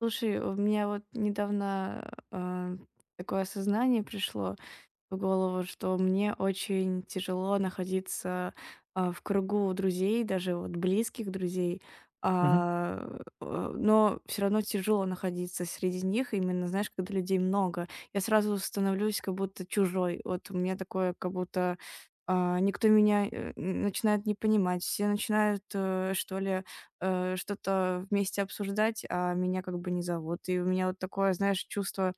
Слушай, у меня вот недавно, такое осознание пришло в голову, что мне очень тяжело находиться, в кругу друзей, даже вот близких друзей, Мгм. Но все равно тяжело находиться среди них, именно, знаешь, когда людей много. Я сразу становлюсь как будто чужой. Вот у меня такое, как будто, никто меня, э, н начинает не понимать, все начинают, что ли, что-то вместе обсуждать, а меня как бы не зовут. И у меня вот такое, знаешь, чувство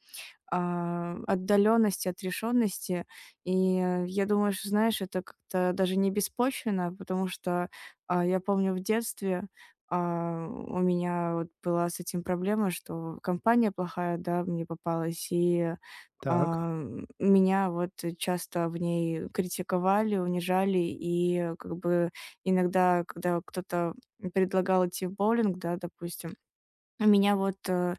отдалённости, отрешённости. И, я думаю, что, знаешь, это как-то даже не беспочвенно, потому что, я помню в детстве, у меня вот была с этим проблема, что компания плохая, да, мне попалась, и, Так. Меня вот часто в ней критиковали, унижали. И как бы иногда, когда кто-то предлагал идти в боулинг, да, допустим, меня вот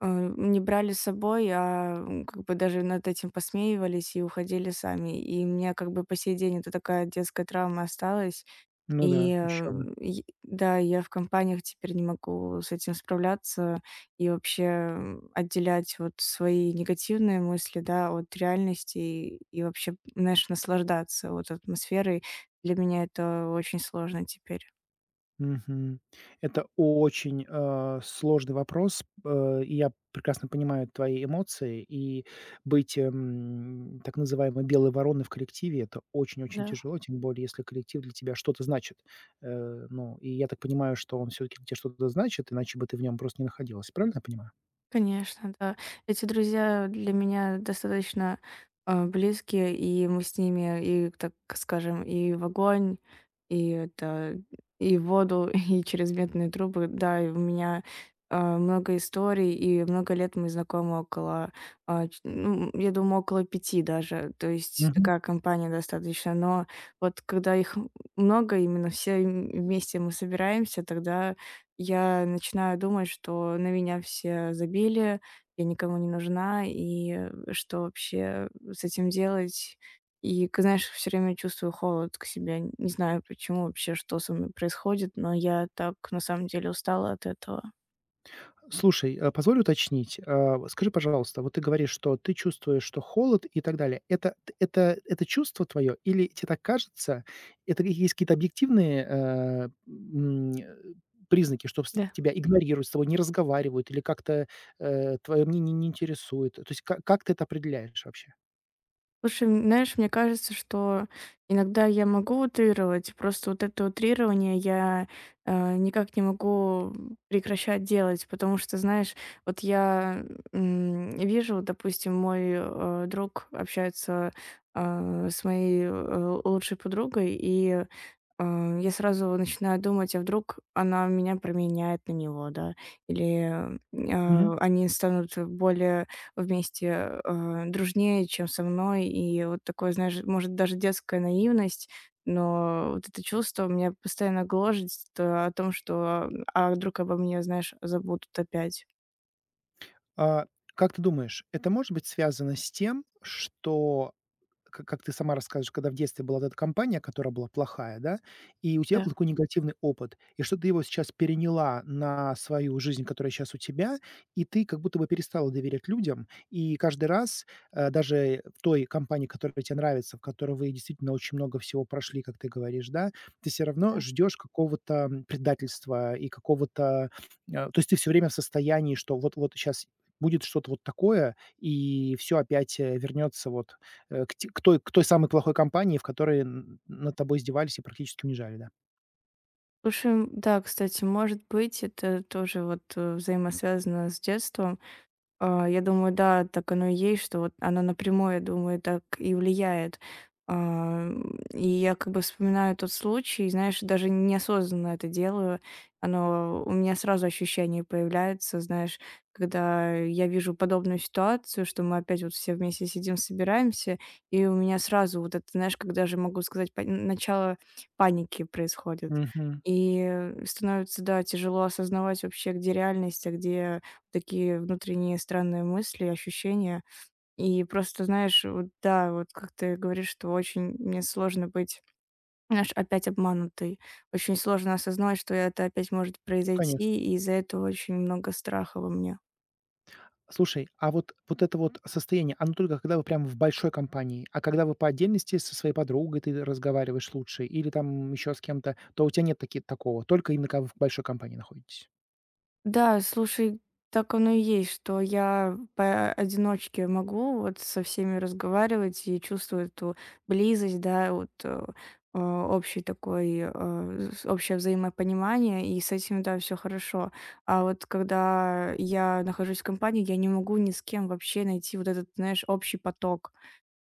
э, не брали с собой, как бы даже над этим посмеивались и уходили сами. И у меня как бы по сей день это такая детская травма осталась. Ну да, еще бы. Да, я в компаниях теперь не могу с этим справляться и вообще отделять вот свои негативные мысли, да, от реальности и вообще, знаешь, наслаждаться вот атмосферой. Для меня это очень сложно теперь. Мгм. Это очень, сложный вопрос. И я прекрасно понимаю твои эмоции. И быть, так называемой белой вороной в коллективе- это очень-очень Да. тяжело, тем более если коллектив для тебя что-то значит. Ну и я так понимаю, что он все-таки для тебя что-то значит, иначе бы ты в нем просто не находилась. Правильно я понимаю? Конечно, да. Эти друзья для меня достаточно близкие, и мы с ними и, так скажем, и в огонь, и это, и в воду, и через медные трубы. Да, и у меня, много историй, и много лет мы знакомы, около, а, ч ну, я думаю, около пяти даже. То есть такая компания достаточно. Но вот когда их много, именно все, вместе мы собираемся, тогда я начинаю думать, что на меня все забили, я никому не нужна, и что вообще с этим делать? И, знаешь, все время чувствую холод к себе. Не знаю, почему вообще, что со мной происходит, но я так на самом деле устала от этого. Слушай, позволь уточнить. Вот скажи, пожалуйста, вот ты говоришь, что ты чувствуешь, что холод и так далее. Это т это чувство твое или тебе так кажется? Это ки есть какие-то объективные, признаки, что с тебя игнорируют, с тобой не разговаривают или как-то, твое мнение не интересует? То есть ка как ты это определяешь вообще? Слушай, знаешь, мне кажется, что иногда я могу утрировать, просто вот это утрирование я, никак не могу прекращать делать, потому что, знаешь, вот я, вижу, вот, допустим, мой, друг общается, с моей, лучшей подругой, и я сразу начинаю думать, а вдруг она меня променяет на него, да, или, Мгм. Они станут более вместе, дружнее, чем со мной. И вот такое, знаешь, может, даже детская наивность, но вот это чувство меня постоянно гложет о том, что, а вдруг обо мне, знаешь, забудут опять. А, как ты думаешь, это может быть связано с тем, что К как ты сама рассказываешь, когда в детстве была вот эта компания, которая была плохая, да, и у тебя Да. был такой негативный опыт, и что ты его сейчас переняла на свою жизнь, которая сейчас у тебя, и ты как будто бы перестала доверять людям. И каждый раз, даже в той компании, которая тебе нравится, в которой вы действительно очень много всего прошли, как ты говоришь, да, ты все равно ждешь какого-то, предательства и какого-то, то есть ты все время в состоянии, что вот вот сейчас будет что-то вот такое, и все опять, вернется вот к той самой плохой компании, в которой н над тобой издевались и практически унижали, да. Слушай, да, кстати, может быть, это тоже вот, взаимосвязано с детством. Я думаю, да, так оно и есть, что вот она напрямую, я думаю, так и влияет. А, и я как бы вспоминаю тот случай, знаешь, даже неосознанно это делаю. Оно у меня сразу ощущение появляется, знаешь, когда я вижу подобную ситуацию, что мы опять вот все вместе сидим, собираемся, и у меня сразу вот это, знаешь, как даже могу сказать, начало паники происходит. Мгм. И становится, да, тяжело осознавать вообще, где реальность, а где такие внутренние странные мысли, ощущения. И просто, знаешь, вот да, вот как ты говоришь, что очень мне сложно быть, знаешь, опять обманутой. Очень сложно осознавать, что это опять может Конечно. произойти, и из-за этого очень много страха во мне. Слушай, а вот вот это вот состояние, оно только когда вы прям в большой компании, а когда вы по отдельности со своей подругой ты разговариваешь лучше или там еще с кем-то, то у тебя нет таки такого, только именно когда вы в большой компании находитесь. Да, слушай, так оно и есть, что я поодиночке могу вот со всеми разговаривать и чувствую эту близость, да, вот общий такой, общее взаимопонимание, и с этим, да, все хорошо. А вот когда я нахожусь в компании, я не могу ни с кем вообще найти вот этот, знаешь, общий поток,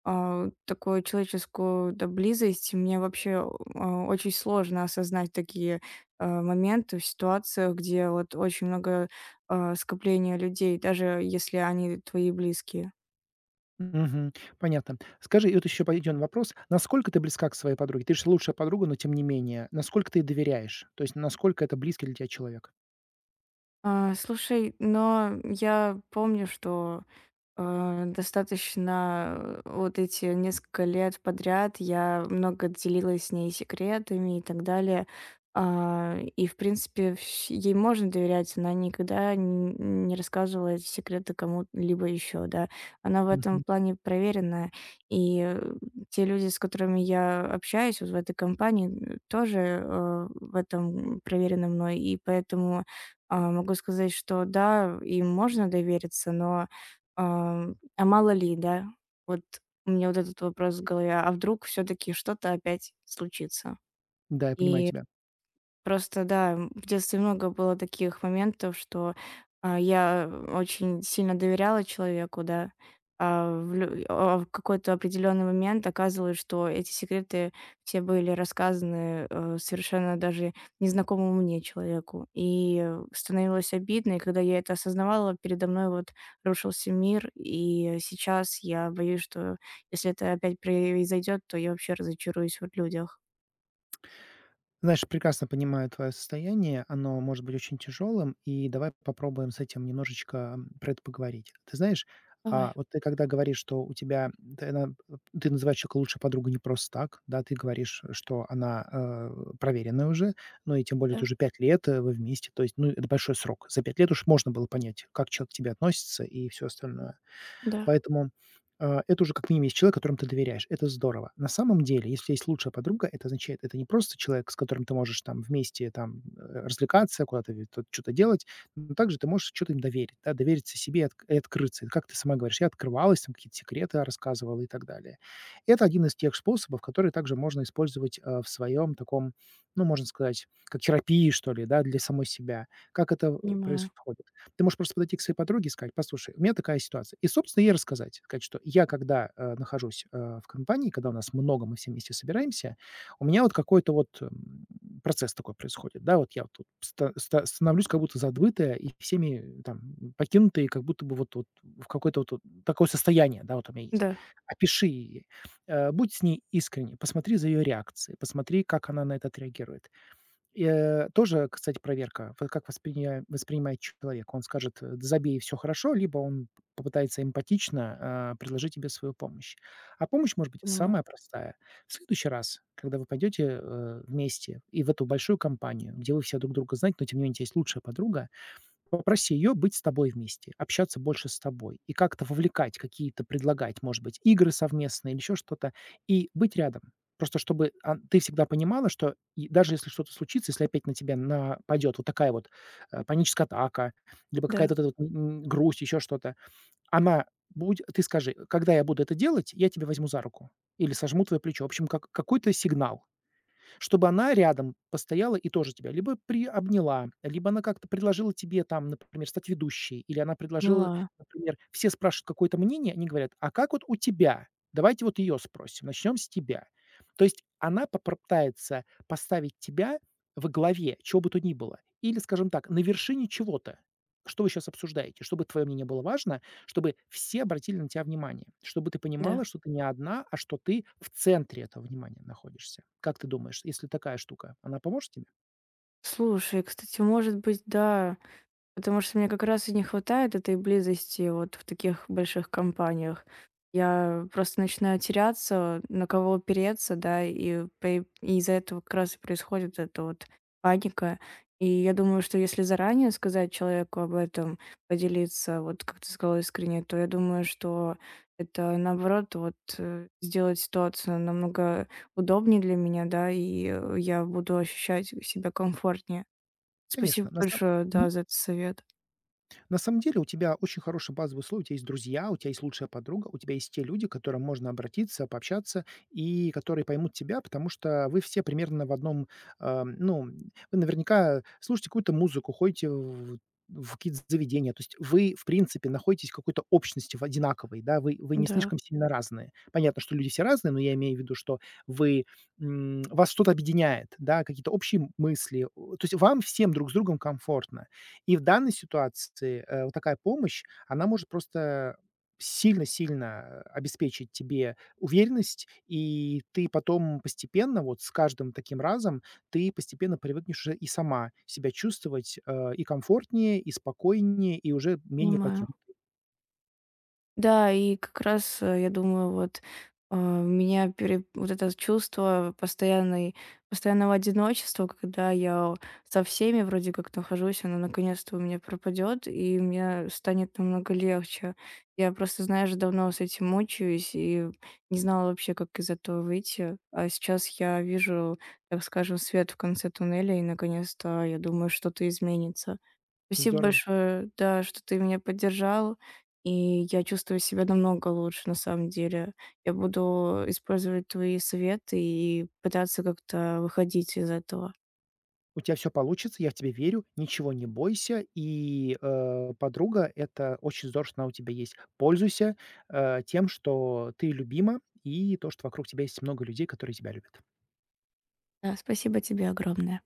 такую человеческую, да, близость. Мне вообще, очень сложно осознать такие, моменты в ситуациях, где вот очень много, скопления людей, даже если они твои близкие. Мгм. Понятно. Скажи, и вот еще пойдет вопрос: насколько ты близка к своей подруге? Ты же лучшая подруга, но тем не менее, насколько ты ей доверяешь? То есть насколько это близкий для тебя человек? Слушай, но я помню, что достаточно, вот эти несколько лет подряд я много делилась с ней секретами и так далее. И, в принципе, вс ей можно доверять, она никогда н не рассказывала эти секреты кому-либо еще, да. Она в этом Мгм. плане проверенная. И, те люди, с которыми я общаюсь вот в этой компании, тоже, в этом проверены мной. И поэтому, могу сказать, что да, им можно довериться, но Ам, а мало ли, да? Вот у меня вот этот вопрос в голове. А вдруг все таки что-то опять случится? Да, я понимаю И тебя. просто, да, в детстве много было таких моментов, что, я очень сильно доверяла человеку, да, а в лю а в какой-то определенный момент оказывалось, что эти секреты все были рассказаны, совершенно даже незнакомому мне человеку. И становилось обидно, и когда я это осознавала, передо мной вот рушился мир. И сейчас я боюсь, что если это опять произойдет, то я вообще разочаруюсь вот в людях. Знаешь, прекрасно понимаю твое состояние, оно может быть очень тяжелым, и давай попробуем с этим немножечко про это поговорить. Ты знаешь, Давай. вот ты когда говоришь, что у тебя, ты, она- э, ты называешь человека лучшей подругой не просто так, да, ты говоришь, что она проверенная уже, ну и тем более это Да, уже 5 лет вы вместе, то есть, ну, это большой срок. За 5 лет уж можно было понять, как человек к тебе относится и все остальное. да, Поэтому это уже как минимум есть человек, которому ты доверяешь. Это здорово. На самом деле, если есть лучшая подруга, это означает, это не просто человек, с которым ты можешь там вместе там, развлекаться, куда-то ве тут что-то делать, но также ты можешь что то им доверить, да, довериться себе и открыться. Как ты сама говоришь, я открывалась, там какие-то секреты рассказывала и так далее. Это один из тех способов, которые также можно использовать, в своем таком, ну, можно сказать, как терапии, что ли, да, для самой себя. Как это, понимаю. происходит? Ты можешь просто подойти к своей подруге и сказать: "Послушай, у меня такая ситуация". И, собственно, ей рассказать. Сказать, что я, когда, нахожусь, в компании, когда у нас много, мы все вместе собираемся, у меня вот какой-то вот, процесс такой происходит, да. Вот я вот тут становлюсь как будто задвытая и всеми там покинутые, как будто бы вот вот в какое-то вот вот такое состояние, да, вот у меня есть. Да, Опиши ей, будь с ней искренне, посмотри за ее реакцией, посмотри, как она на это отреагирует тоже, кстати, проверка. Вот как восприня воспринимает человек. Он скажет: "Э, забей, все хорошо", либо он попытается эмпатично, предложить тебе свою помощь. А помощь может быть понимаю. самая простая. В следующий раз, когда вы пойдете, вместе и в эту большую компанию, где вы все друг друга знаете, но тем не менее у тебя есть лучшая подруга, попроси ее быть с тобой вместе, общаться больше с тобой и как-то вовлекать, какие-то предлагать, может быть, игры совместные или еще что-то, и быть рядом. Просто чтобы ан ты всегда понимала, что и даже если что-то случится, если опять на тебя нападет вот такая вот, паническая атака, либо Да, какая-то вот эта вот н грусть, еще что-то, она будь ты скажи: "Когда я буду это делать, я тебя возьму за руку или сожму твое плечо". В общем, как какой-то сигнал. Чтобы она рядом постояла и тоже тебя либо приобняла, либо она как-то предложила тебе там, например, стать ведущей, или она предложила, поняла. например, все спрашивают какое-то мнение, они говорят: "А как вот у тебя? Давайте вот ее спросим, начнем с тебя". То есть она попытается поставить тебя во главе чего бы то ни было или, скажем так, на вершине чего-то, что вы сейчас обсуждаете, чтобы твое мнение было важно, чтобы все обратили на тебя внимание, чтобы ты Да. понимала, что ты не одна, а что ты в центре этого внимания находишься. Как ты думаешь, если такая штука, она поможет тебе? Слушай, кстати, может быть, да, потому что мне как раз и не хватает этой близости вот в таких больших компаниях. Я просто начинаю теряться, на кого опереться, да, и из-за этого как раз и происходит эта вот паника. И я думаю, что если заранее сказать человеку об этом, поделиться, вот как ты сказала, искренне, то я думаю, что это наоборот вот сделает ситуацию намного удобнее для меня, да, и я буду ощущать себя комфортнее. Спасибо Конечно, большое, да, за этот совет. на самом деле у тебя очень хорошие базовые условия, у тебя есть друзья, у тебя есть лучшая подруга, у тебя есть те люди, к которым можно обратиться, пообщаться, и которые поймут тебя, потому что вы все примерно в одном, ну, вы наверняка слушаете какую-то музыку, ходите в какие-то заведения. То есть вы, в принципе, находитесь в какой-то общности в одинаковой, да, вы не Да, слишком сильно разные. Понятно, что люди все разные, но я имею в виду, что вы, вас что-то объединяет, да, какие-то общие мысли. О, то есть вам всем друг с другом комфортно. И в данной ситуации, вот такая помощь, она может просто сильно-сильно, обеспечить тебе уверенность, и ты потом постепенно, вот с каждым таким разом, ты постепенно привыкнешь уже и сама себя чувствовать, и комфортнее, и спокойнее, и уже менее понимаю. покинут. Да, и как раз, я думаю, вот, а, меня пере вот это чувство постоянной постоянного одиночества, когда я со всеми вроде как нахожусь, оно наконец-то у меня пропадет, и мне станет намного легче. Я просто, знаешь, давно с этим мучаюсь и не знала вообще, как из этого выйти. А сейчас я вижу, так скажем, свет в конце туннеля, и наконец-то, я думаю, что-то изменится. Спасибо Здорово. большое, да, что ты меня поддержал, и я чувствую себя намного лучше, на самом деле. Я буду использовать твои советы и пытаться как-то выходить из этого. У тебя все получится, я в тебя верю, ничего не бойся. И, подруга, это очень здорово, что она у тебя есть. Пользуйся, тем, что ты любима, и то, что вокруг тебя есть много людей, которые тебя любят. Да, спасибо тебе огромное.